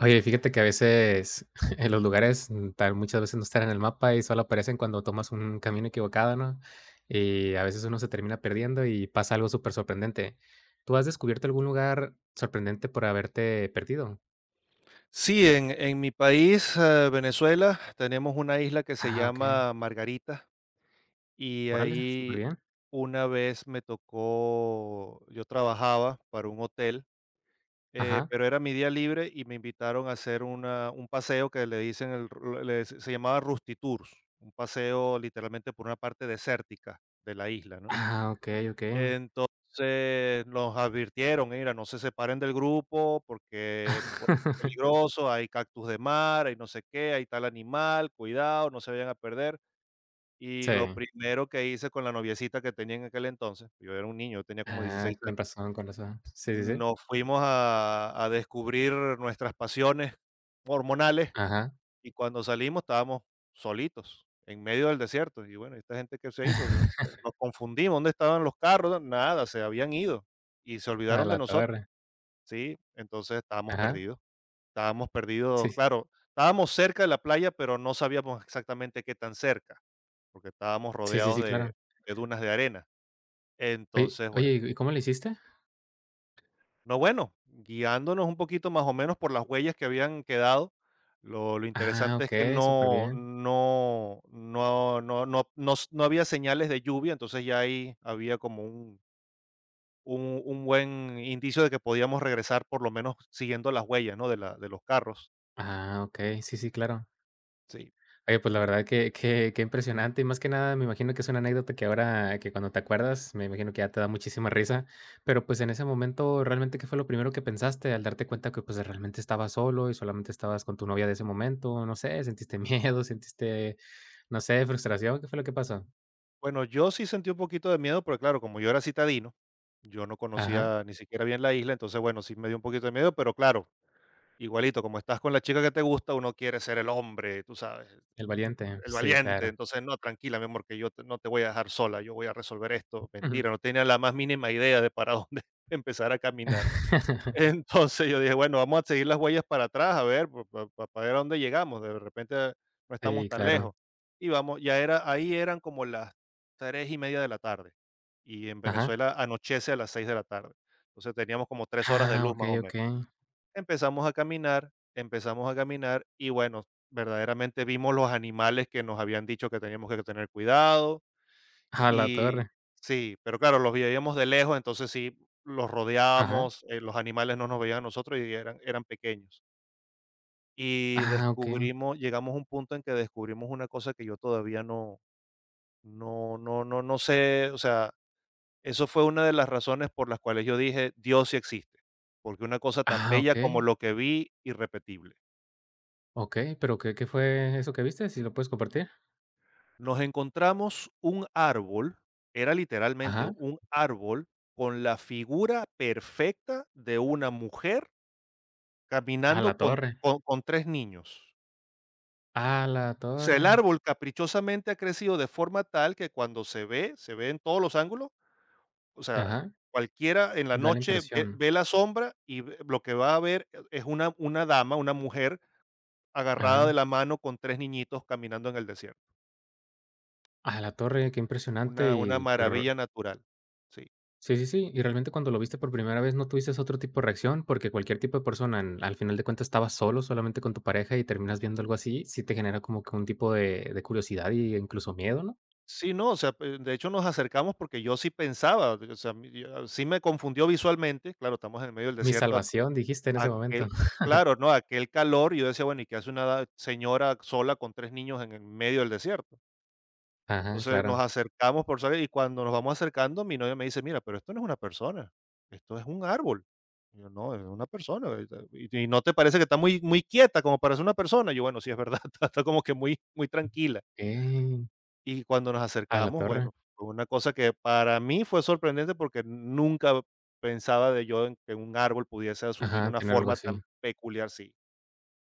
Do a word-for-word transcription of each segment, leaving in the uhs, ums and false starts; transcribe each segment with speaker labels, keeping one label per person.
Speaker 1: Oye, fíjate que a veces en los lugares mm, tal muchas veces no están en el mapa y solo aparecen cuando tomas un camino equivocado, ¿no? Y a veces uno se termina perdiendo y pasa algo súper sorprendente. ¿Tú has descubierto algún lugar sorprendente por haberte perdido?
Speaker 2: Sí, en, en mi país, eh, Venezuela, tenemos una isla que se
Speaker 1: Ah, okey.
Speaker 2: llama Margarita y
Speaker 1: Órale, súper
Speaker 2: ahí
Speaker 1: bien.
Speaker 2: una vez me tocó, yo trabajaba para un hotel, eh,
Speaker 1: Ajá.
Speaker 2: pero era mi día libre y me invitaron a hacer una, un paseo que le dicen, el ru- le- se llamaba Rusty Tours, un paseo literalmente por una parte desértica de la isla, ¿no?
Speaker 1: Ah, okey, okey.
Speaker 2: Entonces, nos advirtieron: "Mira, no se separen del grupo porque puede ser peligroso, hay cactus de mar, hay no sé qué, hay tal animal, cuidado, no se vayan a perder". Y lo
Speaker 1: Sí.
Speaker 2: primero que hice con la noviecita que tenía en aquel entonces, yo era un niño, yo tenía como
Speaker 1: Ah,
Speaker 2: dieciséis
Speaker 1: con
Speaker 2: años,
Speaker 1: razón, con razón. Sí, sí, sí.
Speaker 2: nos fuimos a a descubrir nuestras pasiones hormonales.
Speaker 1: Ajá.
Speaker 2: Y cuando salimos estábamos solitos, en medio del desierto. Y bueno, esta gente que se hizo, se se nos confundimos, ¿dónde estaban los carros? Nada, se habían ido y se
Speaker 1: A
Speaker 2: olvidaron de
Speaker 1: la
Speaker 2: nosotros,
Speaker 1: torre.
Speaker 2: ¿sí? Entonces estábamos
Speaker 1: Ajá.
Speaker 2: perdidos, estábamos perdidos,
Speaker 1: Sí,
Speaker 2: claro, estábamos cerca de la playa, pero no sabíamos exactamente qué tan cerca, porque estábamos
Speaker 1: sí, sí,
Speaker 2: rodeados
Speaker 1: sí,
Speaker 2: de
Speaker 1: claro.
Speaker 2: de dunas de arena.
Speaker 1: Oye
Speaker 2: Entonces, bueno.
Speaker 1: oye, ¿y cómo le hiciste?
Speaker 2: No, bueno, guiándonos un poquito más o menos por las huellas que habían quedado, lo, lo
Speaker 1: Ah,
Speaker 2: interesante es que
Speaker 1: ok, súper
Speaker 2: no,
Speaker 1: bien.
Speaker 2: no, no, no, no, no s- no había señales de lluvia, entonces ya ahí había como un, un, un buen indicio de que podíamos regresar por lo menos siguiendo las huellas, ¿no? De la, de los carros.
Speaker 1: Ah, okey, sí, sí, claro.
Speaker 2: Sí.
Speaker 1: Oye, pues, la verdad que que que impresionante, y más que nada, me imagino que es una anécdota que ahora que cuando te acuerdas, me imagino que ya te da muchísima risa, pero, pues, en ese momento, realmente, ¿qué fue lo primero que pensaste al darte cuenta que, pues, realmente estabas solo y solamente estabas con tu novia de ese momento? No sé, ¿sentiste miedo, sentiste, no sé, frustración? ¿Qué fue lo que pasó?
Speaker 2: Bueno, yo sí sentí un poquito de miedo, porque claro, como yo era citadino, yo no
Speaker 1: Ajá,
Speaker 2: conocía ni siquiera bien la isla, entonces bueno, sí me dio un poquito de miedo, pero claro, igualito, como estás con la chica que te gusta, uno quiere ser el hombre, tú sabes.
Speaker 1: el valiente,
Speaker 2: El
Speaker 1: sí,
Speaker 2: valiente,
Speaker 1: claro.
Speaker 2: entonces, no, tranquila, mi amor, que yo te- no te voy a dejar sola, yo voy a resolver esto.
Speaker 1: Ujú.
Speaker 2: Mentira, no tenía la más mínima idea de para dónde empezar a caminar. Entonces yo dije, bueno, vamos a seguir las huellas para atrás, a ver, para ver a dónde llegamos, de repente no estamos
Speaker 1: Sí,
Speaker 2: tan lejos.
Speaker 1: claro.
Speaker 2: Y vamos, ya era, ahí eran como las tres y media de la tarde, y en
Speaker 1: Ajá.
Speaker 2: Venezuela anochece a las seis de la tarde, entonces teníamos como tres horas de
Speaker 1: Ah,
Speaker 2: luz más
Speaker 1: okey,
Speaker 2: o menos.
Speaker 1: okey.
Speaker 2: Empezamos a caminar, empezamos a caminar y bueno, verdaderamente vimos los animales que nos habían dicho que teníamos que tener cuidado
Speaker 1: A la
Speaker 2: y
Speaker 1: torre.
Speaker 2: sí, pero claro, los veíamos de lejos, entonces sí, los
Speaker 1: Ajá.
Speaker 2: rodeábamos, eh, los animales no nos veían a nosotros y eran, eran pequeños. Y
Speaker 1: Ah, okey.
Speaker 2: descubrimos, llegamos a un punto en que descubrimos una cosa que yo todavía no, no, no, no, no sé, o sea, eso fue una de las razones por las cuales yo dije, Dios sí existe, porque una cosa tan
Speaker 1: Ah,
Speaker 2: bella como
Speaker 1: okey,
Speaker 2: lo que vi, irrepetible.
Speaker 1: okey, pero, ¿qué qué fue eso que viste? ¿Si lo puedes compartir?
Speaker 2: Nos encontramos un árbol, era literalmente
Speaker 1: Ajá.
Speaker 2: un árbol con la figura perfecta de una mujer
Speaker 1: A
Speaker 2: caminando
Speaker 1: la
Speaker 2: con
Speaker 1: torre.
Speaker 2: con con tres niños.
Speaker 1: A la
Speaker 2: O sea, el
Speaker 1: torre.
Speaker 2: árbol caprichosamente ha crecido de forma tal que cuando se ve, se ve en todos los ángulos, o sea,
Speaker 1: Ajá.
Speaker 2: cualquiera en la
Speaker 1: Da la
Speaker 2: noche ve
Speaker 1: impresión.
Speaker 2: ve la sombra y ve lo que va a ver es una una dama, una mujer agarrada de
Speaker 1: Ajá.
Speaker 2: la mano con tres niñitos caminando en el desierto.
Speaker 1: A la torre, qué impresionante
Speaker 2: Una una
Speaker 1: y r
Speaker 2: maravilla natural. Sí.
Speaker 1: sí, sí, sí. Y realmente cuando lo viste por primera vez, ¿no tuviste otro tipo de reacción? Porque cualquier tipo de persona, en al final de cuentas estabas solo, solamente con tu pareja y terminas viendo algo así, sí te genera como que un tipo de de curiosidad y incluso miedo, ¿no?
Speaker 2: Sí, no, o sea, pe de hecho, nos acercamos porque yo sí pensaba, o sea, mi yo ah, sí me confundió visualmente, claro, estamos en el medio del
Speaker 1: Mi
Speaker 2: desierto, ac
Speaker 1: salvación, dijiste en ese momento.
Speaker 2: aquel claro, no, aquel calor, y yo decía: "Bueno, ¿y qué hace una da- señora sola con tres niños en el medio del desierto?".
Speaker 1: Ajá,
Speaker 2: Entonces, nos
Speaker 1: claro.
Speaker 2: acercamos por salir y cuando nos vamos acercando, mi novia me dice: "Mira, pero esto no es una persona, esto es un árbol". Y yo: "No, es una persona, eh, ¿y y no te parece que está muy muy quieta como para ser una persona?". Yo: "Bueno, sí, es verdad, está está como que muy muy tranquila".
Speaker 1: Okey.
Speaker 2: Y cuando nos
Speaker 1: A la
Speaker 2: acercamos,
Speaker 1: torre.
Speaker 2: bueno, fue una cosa que para mí fue sorprendente porque nunca pensaba de yo en que un árbol pudiese asumir
Speaker 1: Ajá,
Speaker 2: una
Speaker 1: tener algo
Speaker 2: forma tan
Speaker 1: así.
Speaker 2: peculiar, sí,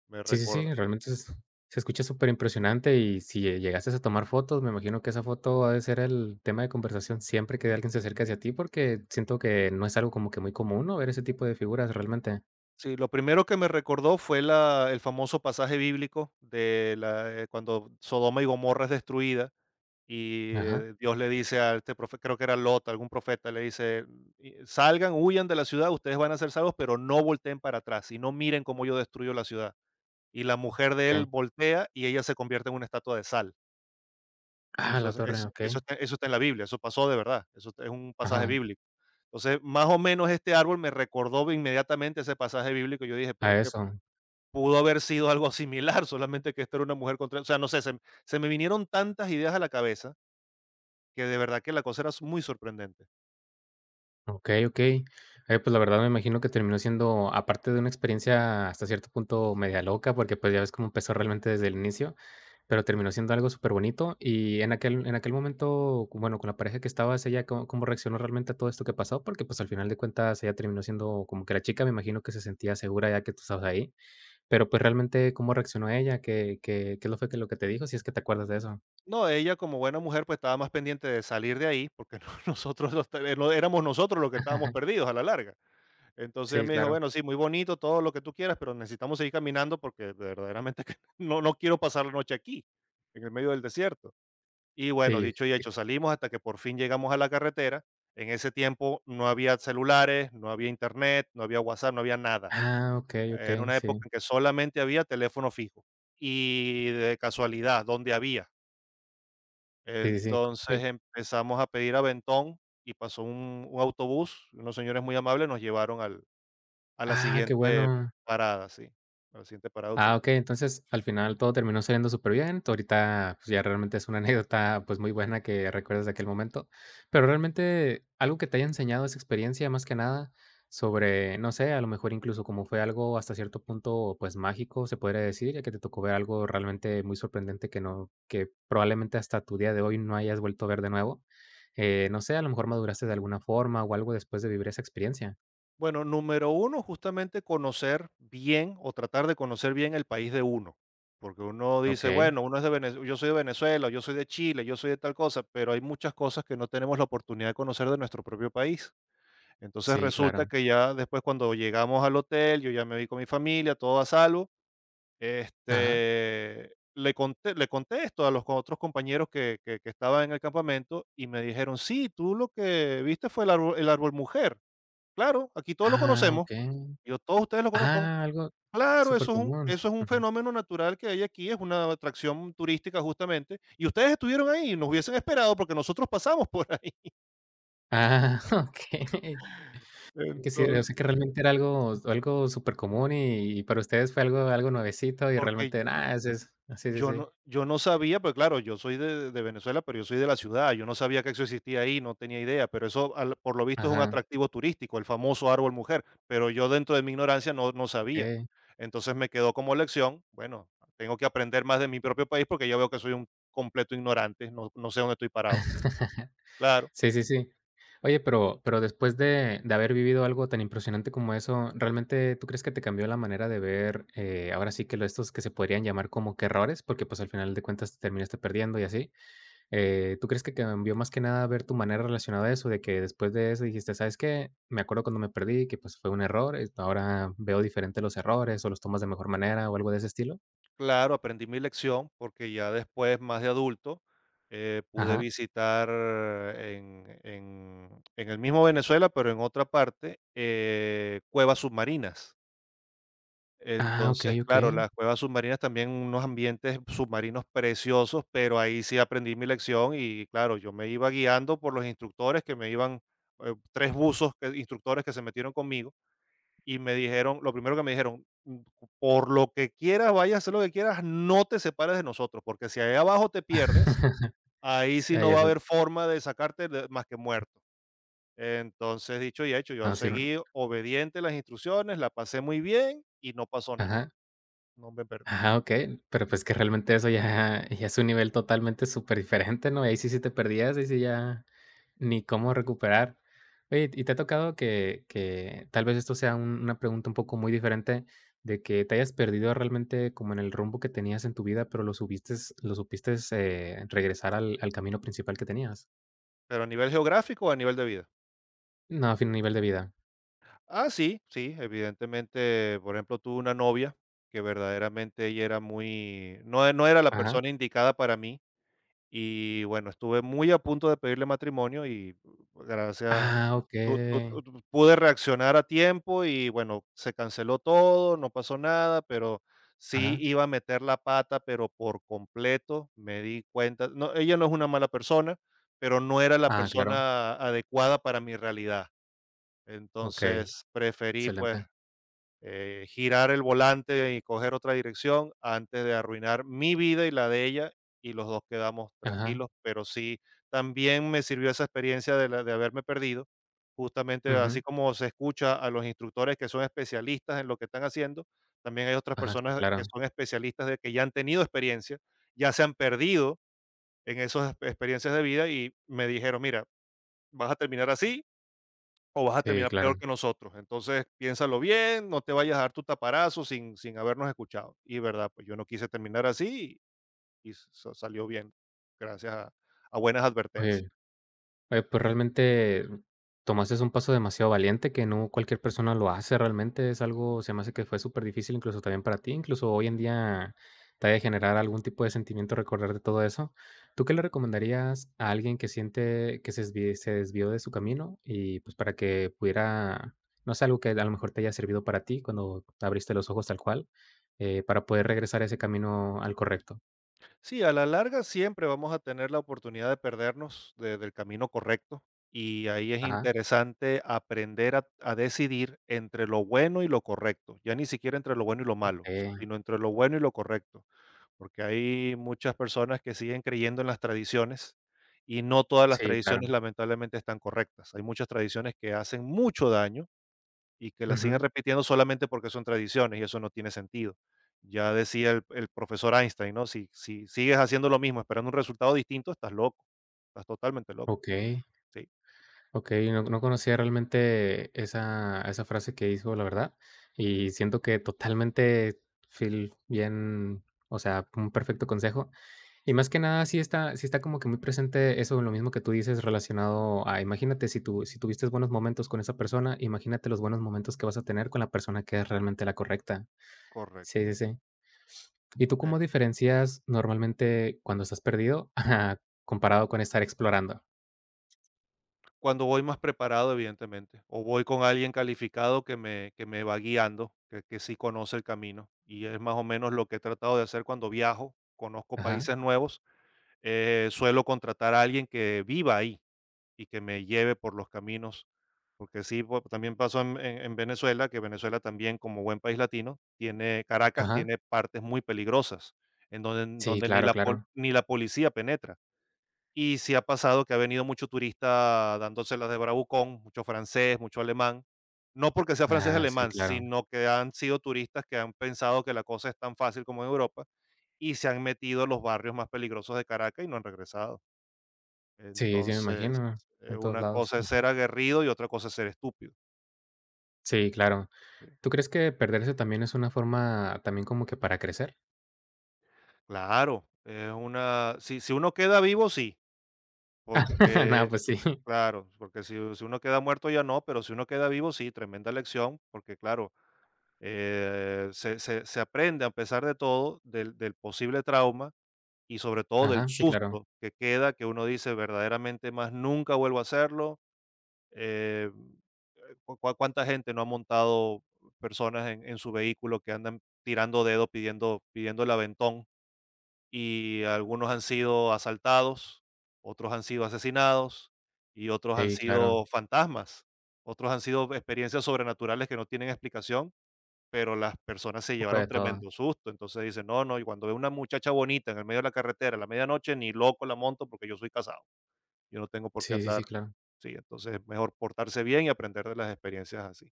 Speaker 2: me
Speaker 1: Sí, sí,
Speaker 2: recuerda.
Speaker 1: sí, realmente es se escucha súper impresionante y si llegaste a tomar fotos, me imagino que esa foto ha de ser el tema de conversación siempre que alguien se acerque hacia ti, porque siento que no es algo como que muy común, ¿no?, ver ese tipo de figuras realmente.
Speaker 2: Sí, lo primero que me recordó fue la el famoso pasaje bíblico de la, eh, cuando Sodoma y Gomorra es destruida y,
Speaker 1: Ajá,
Speaker 2: eh, Dios le dice a este profe creo que era Lot, algún profeta, le dice: "Y salgan, huyan de la ciudad, ustedes van a ser salvos, pero no volteen para atrás y no miren cómo yo destruyo la ciudad", y la mujer de él
Speaker 1: okey.
Speaker 2: voltea y ella se convierte en una estatua de sal.
Speaker 1: Ah,
Speaker 2: Eso
Speaker 1: la
Speaker 2: es,
Speaker 1: torre,
Speaker 2: es- eso
Speaker 1: okey.
Speaker 2: está, eso está en la Biblia, eso pasó de verdad, eso es un pasaje
Speaker 1: Ajá,
Speaker 2: bíblico. Entonces, más o menos este árbol me recordó inmediatamente ese pasaje bíblico. Yo dije, pero
Speaker 1: a
Speaker 2: es que
Speaker 1: eso.
Speaker 2: pudo haber sido algo similar, solamente que esta era una mujer contra... O sea, no sé, se, se me vinieron tantas ideas a la cabeza que de verdad que la cosa era muy sorprendente.
Speaker 1: Okey, okey. Oye, pues, la verdad me imagino que terminó siendo, aparte de una experiencia hasta cierto punto media loca, porque, pues, ya ves cómo empezó realmente desde el inicio. Pero terminó siendo algo súper bonito y en aquel en aquel momento, bueno, con la pareja que estabas, ¿ella cómo cómo reaccionó realmente a todo esto que pasó? Porque, pues, al final de cuentas, ella terminó siendo como que la chica, me imagino que se sentía segura ya que tú estabas ahí, pero, pues, realmente, ¿cómo reaccionó ella? ¿Qué qué qué lo fue que lo que te dijo? Si es que te acuerdas de eso.
Speaker 2: No, ella como buena mujer pues estaba más pendiente de salir de ahí, porque nosotros los- eh, no, éramos nosotros los que estábamos
Speaker 1: Ajá.
Speaker 2: perdidos a la larga. Entonces ella
Speaker 1: Sí,
Speaker 2: me dijo:
Speaker 1: claro.
Speaker 2: "Bueno, sí, muy bonito, todo lo que tú quieras, pero necesitamos seguir caminando porque verdaderamente que no no quiero pasar la noche aquí, en el medio del desierto". Y bueno,
Speaker 1: Sí.
Speaker 2: dicho y hecho, salimos hasta que por fin llegamos a la carretera. En ese tiempo no había celulares, no había Internet, no había WhatsApp, no había nada.
Speaker 1: Ah, okey,
Speaker 2: Era
Speaker 1: okey,
Speaker 2: una época
Speaker 1: sí.
Speaker 2: en que solamente había teléfono fijo y de casualidad, donde había.
Speaker 1: Sí, sí, sí.
Speaker 2: Entonces
Speaker 1: Sí.
Speaker 2: empezamos a pedir aventón y pasó un un autobús, unos señores muy amables nos llevaron al a la
Speaker 1: Ah, qué
Speaker 2: siguiente
Speaker 1: bueno.
Speaker 2: parada, sí, a la siguiente parada de
Speaker 1: Ah,
Speaker 2: autobús.
Speaker 1: okey, entonces, al final todo terminó saliendo superbién. Tú ahorita, pues, ya realmente es una anécdota, pues, muy buena que recuerdas de aquel momento. Pero realmente, algo que te haya enseñado esa experiencia, más que nada, sobre, no sé, a lo mejor incluso como fue algo hasta cierto punto, pues, mágico, se podría decir, ya que te tocó ver algo realmente muy sorprendente que no que probablemente hasta tu día de hoy no hayas vuelto a ver de nuevo. Eh, no sé, a lo mejor maduraste de alguna forma o algo después de vivir esa experiencia.
Speaker 2: Bueno, número uno, justamente conocer bien, o tratar de conocer bien el país de uno, porque uno dice:
Speaker 1: Okey,
Speaker 2: "Bueno, uno es de Venezuela, yo soy de Venezuela, yo soy de Chile, yo soy de tal cosa", pero hay muchas cosas que no tenemos la oportunidad de conocer de nuestro propio país. Entonces,
Speaker 1: sí, claro.
Speaker 2: resulta que ya después cuando llegamos al hotel, yo ya me vi con mi familia, todo a salvo.
Speaker 1: Ajá.
Speaker 2: Este, le conté le conté esto a los co- otros compañeros que que que estaban en el campamento y me dijeron: "Sí, tú lo que viste fue el árbol el árbol mujer. Claro, aquí todos lo
Speaker 1: Ah,
Speaker 2: conocemos".
Speaker 1: okey.
Speaker 2: Yo: "Todos ustedes lo conocen".
Speaker 1: Ah, algo
Speaker 2: "Claro, eso es un
Speaker 1: supercomún.
Speaker 2: eso es un
Speaker 1: Ujú.
Speaker 2: fenómeno natural que hay aquí, es una atracción turística justamente, y ustedes estuvieron ahí y nos hubiesen esperado porque nosotros pasamos por ahí".
Speaker 1: Ah, okey. Que sí, o
Speaker 2: Entonces
Speaker 1: sea, que realmente era algo algo supercomún y y para ustedes fue algo algo nuevecito y
Speaker 2: porque
Speaker 1: realmente, ah, ese es sí, sí,
Speaker 2: Yo
Speaker 1: sí.
Speaker 2: no yo no sabía, pero claro, yo soy de de Venezuela, pero yo soy de la ciudad, yo no sabía que eso existía ahí, no tenía idea, pero eso al por lo visto es un
Speaker 1: Ajá,
Speaker 2: atractivo turístico, el famoso árbol mujer, pero yo dentro de mi ignorancia no no sabía.
Speaker 1: okey.
Speaker 2: Entonces me quedó como lección, bueno, tengo que aprender más de mi propio país porque yo veo que soy un completo ignorante, no no sé dónde estoy parado. Claro.
Speaker 1: Sí, sí, sí. Oye, pero pero después de de haber vivido algo tan impresionante como eso, ¿realmente tú crees que te cambió la manera de ver, eh, ahora sí que lo estos que se podrían llamar como que errores? Porque, pues, al final de cuentas te terminaste perdiendo y así. Eh, ¿tú crees que cambió más que nada ver tu manera relacionada a eso? De que después de eso dijiste, ¿sabes qué? Me acuerdo cuando me perdí, que pues fue un error, eh, ahora veo diferente los errores o los tomas de mejor manera o algo de ese estilo.
Speaker 2: Claro, aprendí mi lección porque ya después, más de adulto, eh, pude
Speaker 1: Ajá.
Speaker 2: visitar en, en- en el mismo Venezuela, pero en otra parte, eh, cuevas submarinas.
Speaker 1: Ah,
Speaker 2: Entonces,
Speaker 1: okey,
Speaker 2: claro,
Speaker 1: okey.
Speaker 2: las cuevas submarinas también unos ambientes submarinos preciosos, pero ahí sí aprendí mi lección y claro, yo me iba guiando por los instructores que me iban, eh, tres buzos, que- instructores que se metieron conmigo y me dijeron, lo primero que me dijeron: "Mm, por lo que quieras, vaya a hacer lo que quieras, no te separes de nosotros, porque si ahí abajo te pierdes, ahí
Speaker 1: Sí,
Speaker 2: sí
Speaker 1: ya
Speaker 2: no va a
Speaker 1: eso.
Speaker 2: haber forma de sacarte de- más que muerto". Entonces, dicho y hecho, yo
Speaker 1: Ah, sí,
Speaker 2: seguí obediente las instrucciones, la pasé muy bien y no pasó nada,
Speaker 1: Ajá.
Speaker 2: no me perdí.
Speaker 1: Ajá, okey, pero, pues, que realmente eso ya ya es un nivel totalmente súper diferente, ¿no? Y ahí sí sí te perdías, ahí sí ya ni cómo recuperar. Oye, ¿y te ha tocado que que tal vez esto sea un una pregunta un poco muy diferente, de que te hayas perdido realmente como en el rumbo que tenías en tu vida, pero lo subiste lo supiste, eh, regresar al al camino principal que tenías?
Speaker 2: Pero a nivel geográfico, a nivel de vida.
Speaker 1: No, a fin nivel de vida.
Speaker 2: Ah, sí, sí, evidentemente, por ejemplo, tuve una novia que verdaderamente ella era muy, no, no era la
Speaker 1: Ajá.
Speaker 2: persona indicada para mí. Y bueno, estuve muy a punto de pedirle matrimonio y uh, gracias
Speaker 1: Ah,
Speaker 2: tu tu tu
Speaker 1: okey.
Speaker 2: tu pude reaccionar a tiempo y bueno, se canceló todo, no pasó nada, pero sí
Speaker 1: Ajá.
Speaker 2: iba a meter la pata, pero por completo me di cuenta. No, ella no es una mala persona, pero no era la
Speaker 1: Ah, claro.
Speaker 2: persona adecuada para mi realidad.
Speaker 1: Okey,
Speaker 2: Entonces preferí, pues,
Speaker 1: excelente.
Speaker 2: eh, girar el volante y coger otra dirección antes de arruinar mi vida y la de ella y los dos quedamos
Speaker 1: Ajá.
Speaker 2: tranquilos, pero sí, también me sirvió esa experiencia de, la- de haberme perdido, justamente
Speaker 1: Ujú.
Speaker 2: así como se escucha a los instructores que son especialistas en lo que están haciendo, también hay otras
Speaker 1: Ajá, sí,
Speaker 2: personas que
Speaker 1: claro.
Speaker 2: son especialistas de que ya han tenido experiencia, ya se han perdido en esas experiencias de vida y me dijeron, mira, vas a terminar así o vas a
Speaker 1: Sí,
Speaker 2: terminar peor
Speaker 1: claro.
Speaker 2: que nosotros. Entonces, piénsalo bien, no te vayas a dar tu taparazo sin, sin habernos escuchado. Y verdad, pues yo no quise terminar así y, s- sa- salió bien, gracias a, a buenas advertencias.
Speaker 1: Oye, oye, pues realmente mm, tomaste un paso demasiado valiente que no cualquier persona lo hace realmente. Es algo, se me hace que fue súper difícil incluso también para ti. Incluso hoy en día te ha de generar algún tipo de sentimiento recordar de todo eso. ¿Tú qué le recomendarías a alguien que siente que se desvi- se desvió de su camino y pues para que pudiera, no sé, algo que a lo mejor te haya servido para ti cuando abriste los ojos tal cual, eh, para poder regresar a ese camino al correcto?
Speaker 2: Sí, a la larga siempre vamos a tener la oportunidad de perdernos de- del camino correcto y ahí es
Speaker 1: Ajá.
Speaker 2: interesante aprender a, a decidir entre lo bueno y lo correcto, ya ni siquiera entre lo bueno y lo malo,
Speaker 1: Eh,
Speaker 2: sino entre lo bueno y lo correcto. Porque hay muchas personas que siguen creyendo en las tradiciones y no todas las
Speaker 1: sí, claro.
Speaker 2: tradiciones lamentablemente están correctas. Hay muchas tradiciones que hacen mucho daño y que las siguen
Speaker 1: Ujú.
Speaker 2: repitiendo solamente porque son tradiciones y eso no tiene sentido. Ya decía el, el profesor Einstein, ¿no? Si, si sigues haciendo lo mismo esperando un resultado distinto, estás loco, estás totalmente loco.
Speaker 1: Okey,
Speaker 2: Sí.
Speaker 1: okey, no no conocía realmente esa esa frase que hizo, la verdad, y siento que totalmente fil bien, o sea, un perfecto consejo. Y más que nada, sí está sí está como que muy presente eso, lo mismo que tú dices relacionado a, imagínate si tú si tuviste buenos momentos con esa persona, imagínate los buenos momentos que vas a tener con la persona que es realmente la correcta. Sí,
Speaker 2: Correcto.
Speaker 1: sí, sí. ¿Y tú cómo diferencias normalmente cuando estás perdido, comparado con estar explorando?
Speaker 2: Cuando voy más preparado, evidentemente, o voy con alguien calificado que me que me va guiando, que que sí conoce el camino, y es más o menos lo que he tratado de hacer cuando viajo, conozco
Speaker 1: Ajá,
Speaker 2: países nuevos, eh, suelo contratar a alguien que viva ahí y que me lleve por los caminos, porque sí, pues, también pasó en en en Venezuela, que Venezuela también, como buen país latino, tiene Caracas
Speaker 1: ajá.
Speaker 2: tiene partes muy peligrosas, en donde
Speaker 1: Sí,
Speaker 2: donde ni
Speaker 1: claro,
Speaker 2: la pol
Speaker 1: claro.
Speaker 2: ni la policía penetra. Y sí ha pasado que ha venido mucho turista dándoselas de bravucón, mucho francés, mucho alemán. No porque sea francés y
Speaker 1: Ah, sí,
Speaker 2: alemán,
Speaker 1: claro.
Speaker 2: sino que han sido turistas que han pensado que la cosa es tan fácil como en Europa y se han metido a los barrios más peligrosos de Caracas y no han regresado.
Speaker 1: Sí, sí, me
Speaker 2: Entonces,
Speaker 1: imagino,
Speaker 2: eh,
Speaker 1: en todos
Speaker 2: una
Speaker 1: lados.
Speaker 2: cosa es
Speaker 1: Ujú.
Speaker 2: ser aguerrido y otra cosa es ser estúpido,
Speaker 1: Sí, claro.
Speaker 2: ¿sí?
Speaker 1: ¿Tú crees que perderse también es una forma también como que para crecer?
Speaker 2: Claro, es una si si uno queda vivo, sí,
Speaker 1: Nada,
Speaker 2: porque
Speaker 1: pues sí.
Speaker 2: claro, porque si si uno queda muerto ya no, pero si uno queda vivo, sí, tremenda lección, porque claro, eh, se, se- se aprende a pesar de todo del, del posible trauma y sobre todo del
Speaker 1: Ajá, sí, claro.
Speaker 2: susto que queda, que uno dice verdaderamente más nunca vuelvo a hacerlo. eh, cu- cu- ¿Cuánta gente no ha montado personas en, en su vehículo que andan tirando dedo pidiendo, pidiendo el aventón y algunos han sido asaltados, otros han sido asesinados y otros han
Speaker 1: Sí, claro.
Speaker 2: sido
Speaker 1: Un
Speaker 2: fantasmas, otros han sido experiencias sobrenaturales que no tienen explicación pero las personas se
Speaker 1: poco
Speaker 2: llevaron
Speaker 1: de todo.
Speaker 2: tremendo susto. Entonces dicen: "No, no, y cuando veo una muchacha bonita en el medio de la carretera a la medianoche, ni loco la monto porque yo soy casado. Yo no tengo por qué
Speaker 1: Sí, sí,
Speaker 2: andar".
Speaker 1: sí, claro.
Speaker 2: Sí, entonces es mejor portarse bien y aprender de las experiencias así.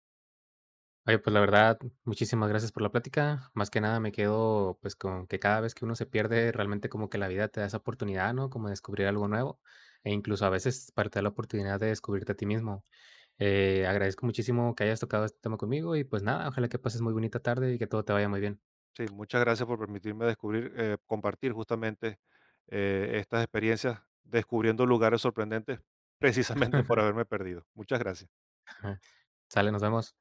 Speaker 1: Oye, pues la verdad, muchísimas gracias por la plática. Más que nada me quedo pues con que cada vez que uno se pierde, realmente como que la vida te da esa oportunidad, ¿no? Como de descubrir algo nuevo e incluso a veces parte de la oportunidad de descubrirte a ti mismo. Eh, agradezco muchísimo que hayas tocado este tema conmigo y, pues, nada, ojalá que pases muy bonita tarde y que todo te vaya muy bien.
Speaker 2: Sí, muchas gracias por permitirme descubrir, eh, compartir justamente, eh, estas experiencias, descubriendo lugares sorprendentes precisamente por haberme perdido. Muchas gracias.
Speaker 1: Sale, nos vemos.